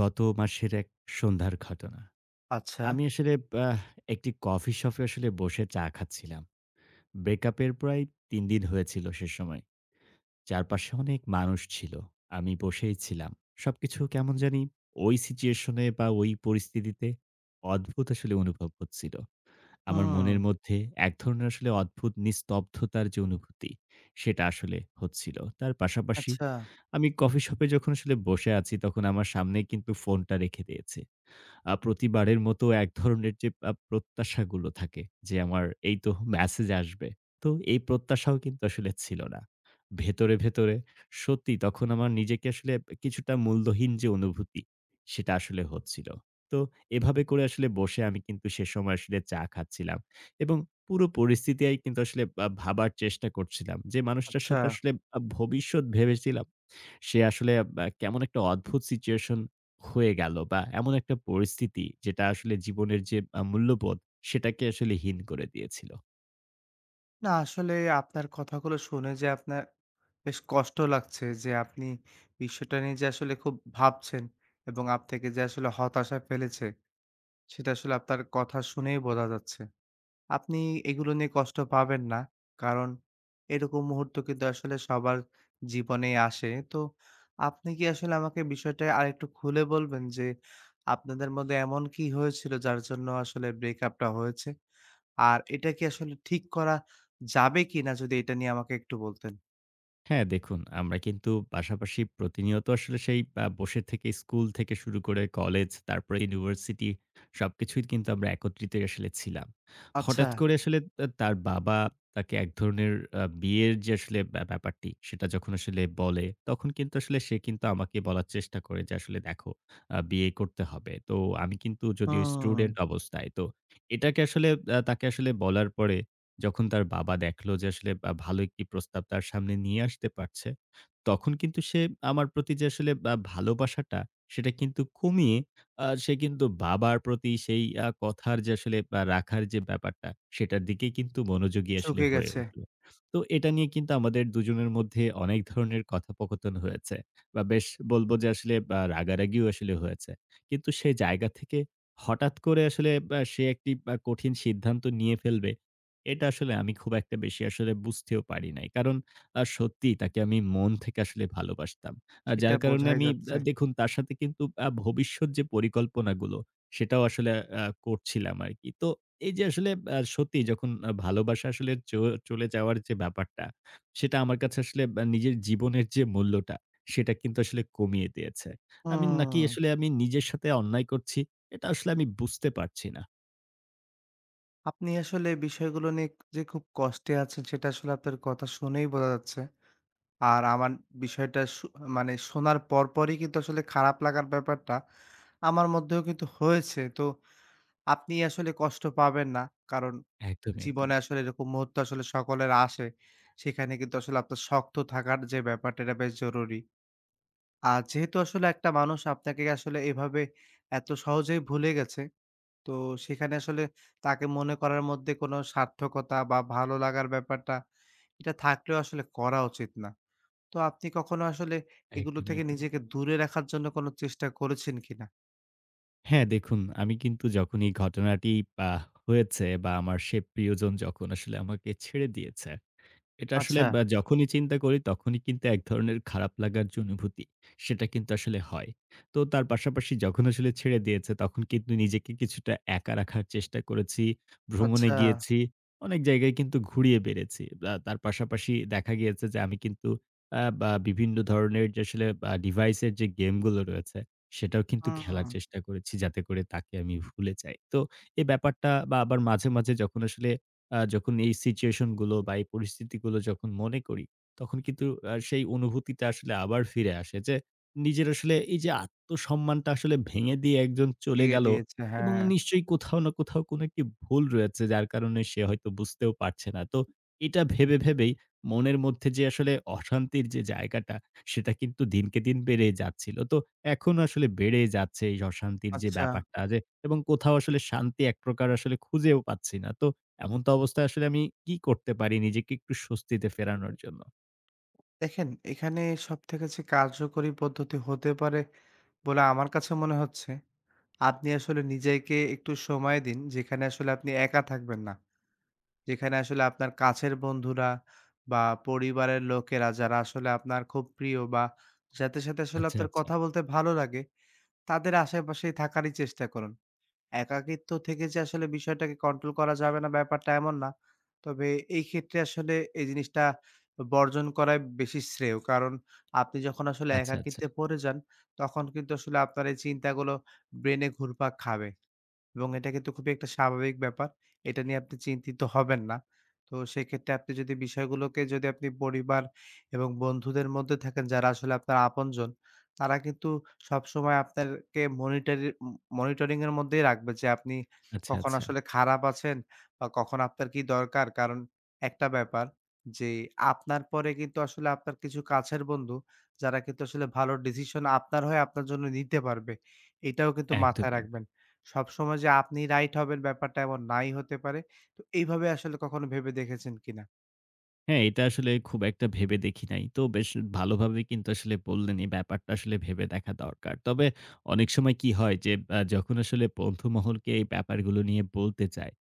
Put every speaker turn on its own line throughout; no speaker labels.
গত মাসের এক সন্ধ্যার ঘটনা।
আচ্ছা।
আমি আসলে আহ একটি কফি শপে আসলে বসে চা খাচ্ছিলাম। ব্রেকআপের প্রায় ৩ দিন হয়েছিল সে সময়। চারপাশে অনেক মানুষ ছিল। আমি বসেই ছিলাম। সবকিছু কেমন জানি ওই সিচুয়েশনে বা ওই পরিস্থিতিতে অদ্ভুত আসলে অনুভব হচ্ছিল। আমার
হুম।
মনের মধ্যে এক ধরনের আসলে অদ্ভুত নিস্তব্ধতার যে অনুভূতি, সেটা আসলে হচ্ছিল। তার পাশাপাশি
আচ্ছা,
আমি কফি শপে যখন আসলে বসে আছি, তখন আমার সামনে কিন্তু ফোনটা রেখে দিয়েছি। প্রতিবারের মতো এক ধরনের যে প্রত্যাশাগুলো থাকে যে, আমার এই তো মেসেজ আসবে। তো এই প্রত্যাশাও কিন্তু আসলে ছিল না। ভেতরে, সত্যি তখন আমার নিজেকে আসলে কিছুটা মূল্যহীন যে অনুভূতি, সেটা আসলে হচ্ছিল। তো এভাবে করে আসলে বসে আমি কিন্তু সে সময় আসলে চা খাচ্ছিলাম এবং পুরো পরিস্থিতি কিন্তু আসলে ভাবার চেষ্টা করছিলাম যে, মানুষটার
আচ্ছা।
সাথে আসলে ভবিষ্যৎ ভেবেছিলাম। সে আসলে কেমন একটা অদ্ভুত সিচুয়েশন হয়ে গেল বা এমন একটা পরিস্থিতি যেটা আসলে জীবনের যে মূল্যবোধ সেটাকে আসলে হীন করে দিয়েছিল।
না আসলে আপনার কথাগুলো শুনে যে আপনার বেশ কষ্ট লাগছে যে আপনি বিষয়টা নিয়ে যে আসলে খুব ভাবছেন এবং আপনাকে যে আসলে হতাশায় ফেলেছে সেটা আসলে আপনার কথা শুনেই বোঝা যাচ্ছে। আপনি এগুলো নিয়ে কষ্ট পাবেন না। কারণ এরকম মুহূর্ত কিন্তু আসলে সবার জীবনেই আসে। তো আপনি কি আসলে আমাকে বিষয়টা আরেকটু খুলে বলবেন যে আপনাদের মধ্যে এমন কি হয়েছিল যার জন্য আসলে ব্রেকআপটা হয়েছে? আর এটা কি আসলে ঠিক করা যাবে কিনা যদি এটা নিয়ে আমাকে একটু বলতেন?
হ্যাঁ, দেখুন আমরা কিন্তু পাশাপাশি প্রতিনিয়ত আসলে সেই বসে থেকে স্কুল থেকে শুরু করে কলেজ, তারপরে ইউনিভার্সিটি সবকিছুই কিন্তু আমরা একত্রিতই আসলে ছিলাম।
আচ্ছা,
হঠাৎ করে আসলে তার বাবা তাকে এক ধরনের বিয়ের যে আসলে ব্যাপারটি সেটা যখন আসলে বলে, তখন কিন্তু আসলে সে কিন্তু আমাকে বলার চেষ্টা করে যে আসলে দেখো বিয়ে করতে হবে। তো আমি কিন্তু যদিও
হুম,
স্টুডেন্ট অবস্থায় তো এটাকে আসলে তাকে আসলে বলার পরে যখন তার বাবা দেখলো যে আসলে ভালো একটি প্রস্তাব তার সামনে নিয়ে আসতে পারছে, তখন কিন্তু সে আমার প্রতি যে আসলে ভালোবাসাটা সেটা কিন্তু কমিয়ে সে কিন্তু বাবার প্রতি সেই কথার যে আসলে রাখার যে ব্যাপারটা সেটার দিকে কিন্তু মনোযোগী আসলে
চুকে
হয়ে
গেছে।
উঠলো। তো এটা নিয়ে কিন্তু আমাদের দুজনের মধ্যে অনেক ধরনের কথোপকথন হয়েছে বা বেশ বলব যে আসলে রাগারাগিও আসলে হয়েছে। কিন্তু সে জায়গা থেকে হঠাৎ করে আসলে সে একটি কঠিন সিদ্ধান্ত নিয়ে ফেলবে এটা আসলে আমি খুব একটা বেশি আসলে বুঝতেও পারি নাই। কারণ সত্যিই তাকে আমি মন থেকে আসলে ভালোবাসতাম।
সেটা
যার কারণে
বোঝাই
আমি
যাচ্ছে।
দেখুন তার সাথে কিন্তু ভবিষ্যৎ যে পরিকল্পনাগুলো সেটাও আসলে করছিলাম আরকি। তো এই যে আসলে সত্যিই যখন ভালোবাসা আসলে চলে যাওয়ার যে ব্যাপারটা, সেটা আমার কাছে আসলে নিজের জীবনের যে মূল্যটা, সেটা কিন্তু আসলে কমিয়ে দিয়েছে। আমি নাকি
হুম,
আসলে আমি নিজের সাথে অন্যায় করছি, এটা আসলে আমি বুঝতে পারছি না।
আপনি আসলে বিষয়গুলো নিয়ে যে খুব কষ্টে আছেন সেটা আসলে আপনার কথা শুনেই বোঝা যাচ্ছে। আর আমার বিষয়টা শু মানে শোনার পরপরই কিন্তু আসলে খারাপ লাগার ব্যাপারটা আমার মধ্যেও কিন্তু হয়েছে। তো আপনি আসলে কষ্ট পাবেন না। কারণ
একদমই,
জীবনে
একদমই,
আসলে এরকম মুহূর্ত আসলে সকলের আসে। সেখানে কিন্তু আসলে আপনার শক্ত থাকার যে ব্যাপারটা এটা বেশ জরুরি। আর যেহেতু আসলে একটা মানুষ আপনাকে আসলে এভাবে এত সহজেই ভুলে গেছে, তো সেখানে আসলে তাকে মনে করার মধ্যে কোনো সার্থকতা বা ভালো লাগার ব্যাপারটা এটা থাকলেও আসলে করা উচিত না। তো আপনি কখনো আসলে এগুলো
একদমই,
থেকে
একদমই।
নিজেকে দূরে রাখার জন্য কোনো চেষ্টা করেছেন কিনা?
হ্যাঁ, দেখুন আমি কিন্তু যখন এই ঘটনাটি আ হয়েছে বা আমার সে প্রিয়জন যখন আসলে আমাকে ছেড়ে দিয়েছে। এটা আসলে
আচ্ছা,
বা যখনই চিন্তা করি তখনই কিন্তু এক ধরনের খারাপ লাগার যে অনুভূতি, সেটা কিন্তু আসলে হয়। তো তার পাশাপাশি যখন আসলে ছেড়ে দিয়েছে তখন কিন্তু নিজেকে কিছুটা একা রাখার চেষ্টা করেছি। ভ্রমণে
আচ্ছা।
গিয়েছি, অনেক জায়গায় কিন্তু ঘুরিয়ে বেড়েছি। তার পাশাপাশি দেখা গিয়েছে যে আমি কিন্তু বা বিভিন্ন ধরনের যে আসলে ডিভাইসের যে গেমগুলো রয়েছে, সেটাও কিন্তু
হুম,
খেলার চেষ্টা করেছি যাতে করে তাকে আমি ভুলে যাই। তো এই ব্যাপারটা বা আবার মাঝে, মাঝে যখন আসলে যখন এই সিচুয়েশন গুলো বা এই পরিস্থিতিগুলো যখন মনে করি, তখন কিন্তু সেই অনুভূতিটা আসলে আবার ফিরে আসে যে, নিজের আসলে এই যে আত্মসম্মানটা আসলে ভেঙে দিয়ে একজন চলে
ভেঙে
গেল
দিয়েছে,
এবং
হ্যাঁ।
নিশ্চয়ই কোথাও না কোথাও কোনো একটি ভুল রয়েছে যার কারণে সে হয়তো বুঝতেও পারছে না। তো এটা ভেবেই মনের মধ্যে যে আসলে অশান্তির যে জায়গাটা, সেটা কিন্তু দিনকে দিন বেড়েই যাচ্ছিল। তো এখন আসলে বেড়েই যাচ্ছে এই অশান্তির যে
আচ্ছা,
ব্যাপারটা যে এবং কোথাও আসলে শান্তি এক প্রকার আসলে খুঁজেও পাচ্ছি না। তো এমন তো অবস্থায় আসলে আমি কি করতে পারি নিজেকে একটু স্বস্তিতে ফেরানোর জন্য?
দেখেন এখানে সবথেকে যে কার্যকরী পদ্ধতি হতে পারে বলে আমার কাছে মনে হচ্ছে, আপনি আসলে নিজেকে একটু সময় দিন যেখানে আসলে আপনি একা থাকবেন না। যেখানে আসলে আপনার কাছের বন্ধুরা বা পরিবারের লোকেরা যারা আসলে আপনার খুব প্রিয় বা যাদের সাথে আসলে
আচ্ছা,
আপনার
আচ্ছা।
কথা বলতে ভালো লাগে, তাদের আশেপাশেই থাকারই চেষ্টা করুন। একাকিত্ব থেকে যে আসলে বিষয়টাকে কন্ট্রোল করা যাবে না ব্যাপারটা এমন না। তবে এই ক্ষেত্রে আসলে এই জিনিসটা বর্জন করাই বেশি শ্রেয়। কারণ আপনি যখন আসলে
আচ্ছা, আচ্ছা।
একাকিত্বে পড়ে যান, তখন কিন্তু আসলে আপনার এই চিন্তাগুলো ব্রেনে ঘুরপাক খাবে। এবং এটা কিন্তু খুবই একটা স্বাভাবিক ব্যাপার। এটা নিয়ে আপনি চিন্তিত হবেন না। তো সেক্ষেত্রে আপনি যদি বিষয়গুলোকে যদি আপনি পরিবার এবং বন্ধুদের মধ্যে থাকেন যারা আসলে আপনার আপনজন তারা কিন্তু সবসময় আপনারকে মনিটারি ম মনিটরিং এর মধ্যেই রাখবে যে আপনি
আচ্ছা,
কখন
আচ্ছা।
আসলে খারাপ আছেন বা কখন আপনার কি দরকার। কারণ একটা ব্যাপার যে আপনার পরে কিন্তু আসলে আপনার কিছু কাছের বন্ধু যারা কিন্তু আসলে ভালো ডিসিশন আপনার হয়ে আপনার জন্য নিতে পারবে। এটাও কিন্তু
একদমই,
মাথায়
একদমই।
রাখবেন। সবসময় যে আপনি রাইট হবেন ব্যাপারটা এমন নাই হতে পারে। তো এইভাবে আসলে কখনো ভেবে দেখেছেন কিনা?
হ্যাঁ, এটা আসলে খুব একটা ভেবে দেখি নাই। তো বেশ ভালোভাবে কিন্তু আসলে বললেন এই ব্যাপারটা আসলে ভেবে দেখা দরকার। তবে অনেক সময় কি হয় যে যখন আসলে বন্ধু মহলকে এই ব্যাপারগুলো নিয়ে বলতে চাই,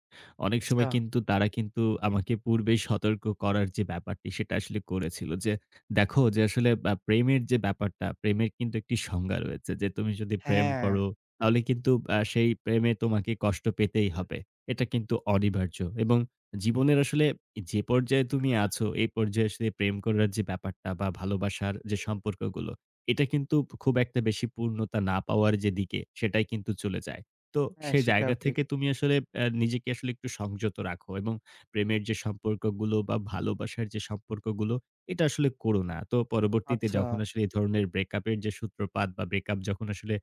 অনেক
আচ্ছা।
সময় কিন্তু তারা আমাকে পূর্বেই সতর্ক করার যে ব্যাপারটি সেটা আসলে করেছিল যে, "দেখো যে আসলে প্রেমের যে ব্যাপারটা, প্রেমের কিন্তু একটি সংজ্ঞা রয়েছে যে তুমি যদি প্রেম
হ্যাঁ,
করো তাহলে কিন্তু সেই প্রেমে তোমাকে কষ্ট পেতেই হবে। এটা কিন্তু অনিবার্য" এবং জীবনের আসলে যে পর্যায়ে তুমি আছো, এই পর্যায়ে আসলে প্রেম করার যে ব্যাপারটা বা ভালোবাসার যে সম্পর্কগুলো, এটা কিন্তু খুব একটা বেশি পূর্ণতা না পাওয়ার যে দিকে, সেটাই কিন্তু চলে যায়। তো
হ্যাঁ
সেই
সেটাও
জায়গা
ঠিক।
থেকে তুমি আসলে নিজেকে আসলে একটু সংযত রাখো এবং প্রেমের যে সম্পর্কগুলো বা ভালোবাসার যে সম্পর্কগুলো, এটা আসলে করো না। তো পরবর্তীতে
আচ্ছা,
যখন আসলে এই ধরনের ব্রেকআপের যে সূত্রপাত বা ব্রেকআপ যখন আসলে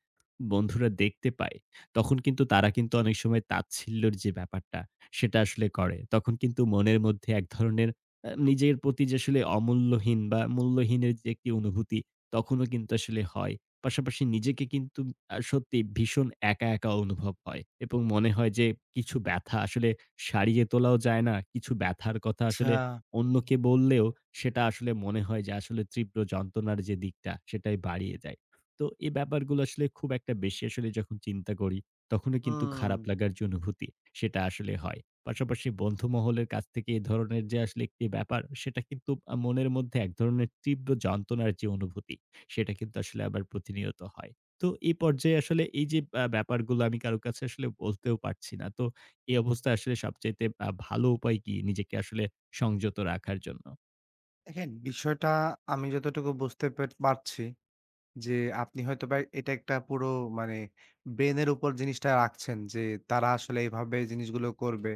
বন্ধুরা দেখতে পায়, তখন কিন্তু তারা অনেক সময় তাচ্ছিল্যর যে ব্যাপারটা, সেটা আসলে করে। তখন কিন্তু মনের মধ্যে এক ধরনের নিজের প্রতি যে আসলে অমূল্যহীন বা মূল্যহীনের যে একটি অনুভূতি তখনও কিন্তু আসলে হয়। পাশাপাশি নিজেকে কিন্তু সত্যি ভীষণ একা, একা অনুভব হয় এবং মনে হয় যে কিছু ব্যথা আসলে সারিয়ে তোলাও যায় না। কিছু ব্যথার কথা
আচ্ছা।
আসলে অন্যকে বললেও সেটা আসলে মনে হয় যে আসলে তীব্র যন্ত্রণার যে দিকটা সেটাই বাড়িয়ে দেয়। তো এই ব্যাপারগুলো আসলে খুব একটা বেশি আসলে যখন চিন্তা করি তখনও কিন্তু
হুম।
খারাপ লাগার যে অনুভূতি সেটা আসলে হয়। পাশাপাশি বন্ধু মহলের কাছ থেকে এ ধরনের যে আসলে একটি ব্যাপার, সেটা কিন্তু মনের মধ্যে এক ধরনের তীব্র যন্ত্রণার যে অনুভূতি, সেটা কিন্তু আসলে আবার প্রতিনিয়ত হয়। তো এই পর্যায়ে আসলে এই যে ব্যাপারগুলো আমি কারো কাছে আসলে বলতেও পারছি না। তো এই অবস্থায় আসলে সবচাইতে ভালো উপায় কি নিজেকে আসলে সংযত রাখার জন্য?
দেখেন, বিষয়টা আমি যতটুকু বুঝতে পারছি যে আপনি হয়তোবা এটা একটা পুরো মানে ব্রেনের উপর জিনিসটা রাখছেন যে তারা আসলে এভাবে জিনিসগুলো করবে।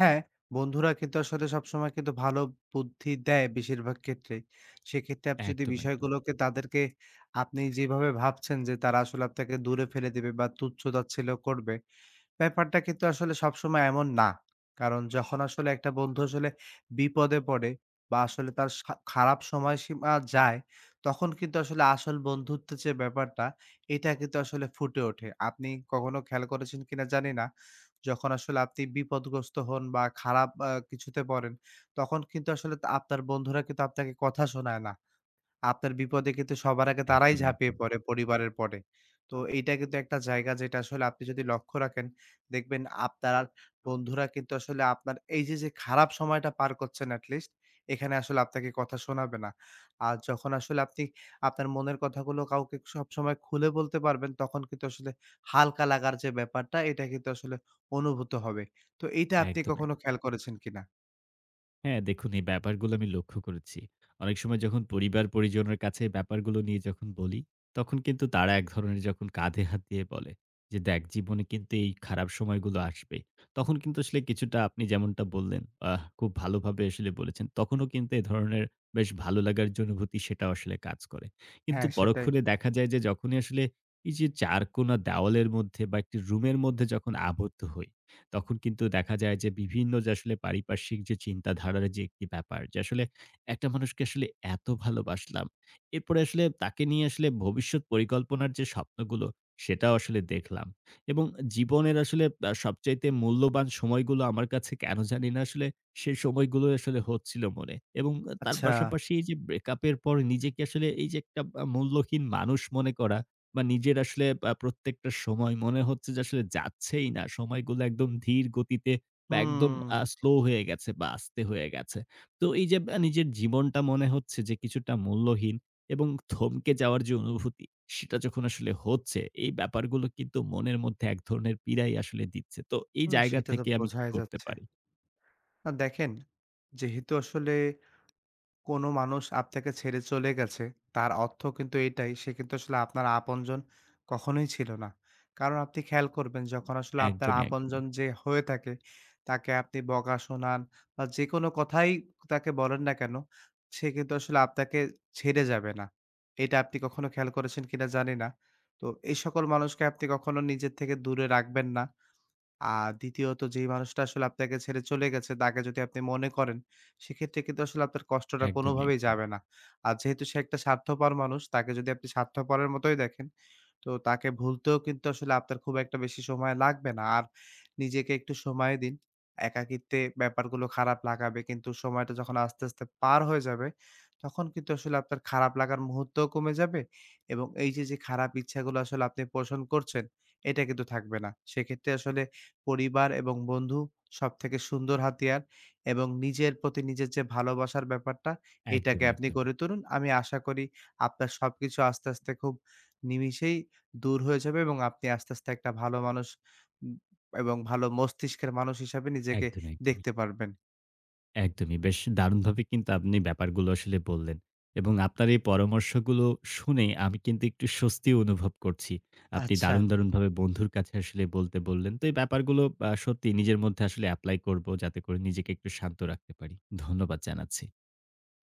হ্যাঁ, বন্ধুরা কিন্তু আসলে সবসময় কিন্তু ভালো বুদ্ধি দেয় বেশিরভাগ ক্ষেত্রে। সেক্ষেত্রে আপনি যদি
একদম, একদম।
বিষয়গুলোকে তাদেরকে আপনি যেভাবে ভাবছেন যে তারা আসলে আপনাকে দূরে ফেলে দিবে বা তুচ্ছ-তাচ্ছিল্য করবে ব্যাপারটা কিন্তু আসলে সবসময় এমন না। কারণ যখন আসলে একটা বন্ধু আসলে বিপদে পড়ে বা আসলে তার খারাপ সময়সীমা যায়, তখন কিন্তু আসলে আসল বন্ধুত্বের যে ব্যাপারটা, এটা কিন্তু আসলে ফুটে ওঠে। আপনি কখনো খেয়াল করেছেন কিনা জানি না। যখন আসলে আপনি বিপদগ্রস্ত হন বা খারাপ কিছুতে পড়েন, তখন কিন্তু আসলে তা আপনার বন্ধুরা কিন্তু আপনাকে কথা শোনায় না। আপনার বিপদে কিন্তু সবার আগে তারাই
একদম,
ঝাঁপিয়ে
একদম।
পড়ে পরিবারের পরে। তো এইটা কিন্তু একটা জায়গা যেটা আসলে আপনি যদি লক্ষ্য রাখেন, দেখবেন আপনার বন্ধুরা কিন্তু আসলে আপনার এই যে, যে খারাপ সময়টা পার করছেন এট লিস্ট এখানে আসলে আপনাকে কথা শোনাবে না। আর যখন আসলে আপনি আপনার মনের কথাগুলো কাউকে সবসময় খুলে বলতে পারবেন, তখন কিন্তু আসলে হালকা লাগার যে ব্যাপারটা এটা কিন্তু আসলে অনুভূত হবে। তো এইটা আপনি
একদম, এক
কখনো খেয়াল করেছেন কিনা?
হ্যাঁ, দেখুন এই ব্যাপারগুলো আমি লক্ষ্য করেছি। অনেক সময় যখন পরিবার-পরিজনের কাছে এই ব্যাপারগুলো নিয়ে যখন বলি, তখন কিন্তু তারা এক ধরনের যখন কাঁধে হাত দিয়ে বলে যে, "দেখ জীবনে কিন্তু এই খারাপ সময়গুলো আসবে।" তখন কিন্তু আসলে কিছুটা আপনি যেমনটা বললেন, খুব ভালোভাবে আসলে বলেছেন। তখনও কিন্তু এ ধরনের বেশ ভালো লাগার যে অনুভূতি সেটাও আসলে কাজ করে। কিন্তু
হ্যাঁ, সেটাই।
পরক্ষণে দেখা যায় যে যখনই আসলে এই যে চারকোনা দেওয়ালের মধ্যে বা একটি রুমের মধ্যে যখন আবদ্ধ হই, তখন কিন্তু দেখা যায় যে বিভিন্ন যে আসলে পারিপার্শ্বিক যে চিন্তাধারার যে একটি ব্যাপার যে আসলে একটা মানুষকে আসলে এত ভালোবাসলাম এরপরে আসলে তাকে নিয়ে আসলে ভবিষ্যৎ পরিকল্পনার যে স্বপ্নগুলো সেটাও আসলে দেখলাম এবং জীবনের আসলে সবচাইতে মূল্যবান সময়গুলো আমার কাছে কেন জানি না আসলে সেই সময়গুলো আসলে হচ্ছিল মনে এবং তার
আচ্ছা।
পাশাপাশি এই যে ব্রেকআপের পর নিজেকে আসলে এই যে একটা মূল্যহীন মানুষ মনে করা বা নিজের আসলে প্রত্যেকটা সময় মনে হচ্ছে যে আসলে যাচ্ছেই না। সময়গুলো একদম ধীর গতিতে বা একদম
হুম।
স্লো হয়ে গেছে বা আস্তে হয়ে গেছে। তো এই যে নিজের জীবনটা মনে হচ্ছে যে কিছুটা মূল্যহীন এবং থমকে যাওয়ার যে অনুভূতি, সেটা যখন আসলে হচ্ছে, এই ব্যাপারগুলো কিন্তু মনের মধ্যে এক ধরনের পীড়াই আসলে দিচ্ছে। তো এই
না
জায়গা
সেটা তো
থেকে আমি কি
বোঝাই
করতে
যাচ্ছে।
পারি?
না দেখেন, যেহেতু আসলে কোনো মানুষ আপনাকে ছেড়ে চলে গেছে, তার অর্থ কিন্তু এটাই, সে কিন্তু আসলে আপনার আপনজন কখনোই ছিল না। কারণ আপনি খেয়াল করবেন যখন আসলে আপনার
একদমই, একদমই।
আপনজন যে হয়ে থাকে, তাকে আপনি বকা শোনান বা যেকোনো কথাই তাকে বলেন না কেন, সে কিন্তু আসলে আপনাকে ছেড়ে যাবে না। এটা আপনি কখনো খেয়াল করেছেন কিনা জানি না। তো এই সকল মানুষকে আপনি কখনো নিজের থেকে দূরে রাখবেন না। আর দ্বিতীয়ত যেই মানুষটা আসলে আপনাকে ছেড়ে চলে গেছে, তাকে যদি আপনি মনে করেন, সেক্ষেত্রে কিন্তু আসলে আপনার কষ্টটা
একদমই,
কোনোভাবেই
একদমই।
যাবে না। আর যেহেতু সে একটা স্বার্থপর মানুষ, তাকে যদি আপনি স্বার্থপরের মতোই দেখেন, তো তাকে ভুলতেও কিন্তু আসলে আপনার খুব একটা বেশি সময় লাগবে না। আর নিজেকে একটু সময় দিন। একাকিত্বে ব্যাপারগুলো খারাপ লাগাবে, কিন্তু সময়টা যখন আস্তে, আস্তে পার হয়ে যাবে, তখন কিন্তু আসলে আপনার খারাপ লাগার মুহূর্তও কমে যাবে এবং এই যে, যে খারাপ ইচ্ছাগুলো আসলে আপনি পোষণ করছেন, এটা কিন্তু থাকবে না। সেক্ষেত্রে আসলে পরিবার এবং বন্ধু সবথেকে সুন্দর হাতিয়ার এবং নিজের প্রতি নিজের যে ভালোবাসার ব্যাপারটা, এটাকে
একদমই,
আপনি
একদমই।
গড়ে তুলুন। আমি আশা করি আপনার সবকিছু আস্তে, আস্তে খুব নিমিষেই দূর হয়ে যাবে এবং আপনি আস্তে, আস্তে একটা ভালো মানুষ উম এবং ভালো মস্তিষ্কের মানুষ হিসাবে নিজেকে
একদমই, একদমই।
দেখতে পারবেন।
একদমই। বেশ দারুণভাবে কিন্তু আপনি ব্যাপারগুলো আসলে বললেন। এবং আপনার এই পরামর্শগুলো শুনে আমি কিন্তু একটু স্বস্তিও অনুভব করছি। আপনি
আচ্ছা,
দারুণ, দারুণভাবে বন্ধুর কাছে আসলে বলতে বললেন। তো এই ব্যাপারগুলো সত্যি নিজের মধ্যে আসলে এপ্লাই করব যাতে করে নিজেকে একটু শান্ত রাখতে পারি। ধন্যবাদ জানাচ্ছি।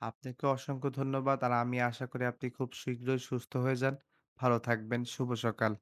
আপনাকে অসংখ্য ধন্যবাদ। আর আমি আশা করি আপনি খুব শীঘ্রই সুস্থ হয়ে যান। ভালো থাকবেন। শুভ সকাল।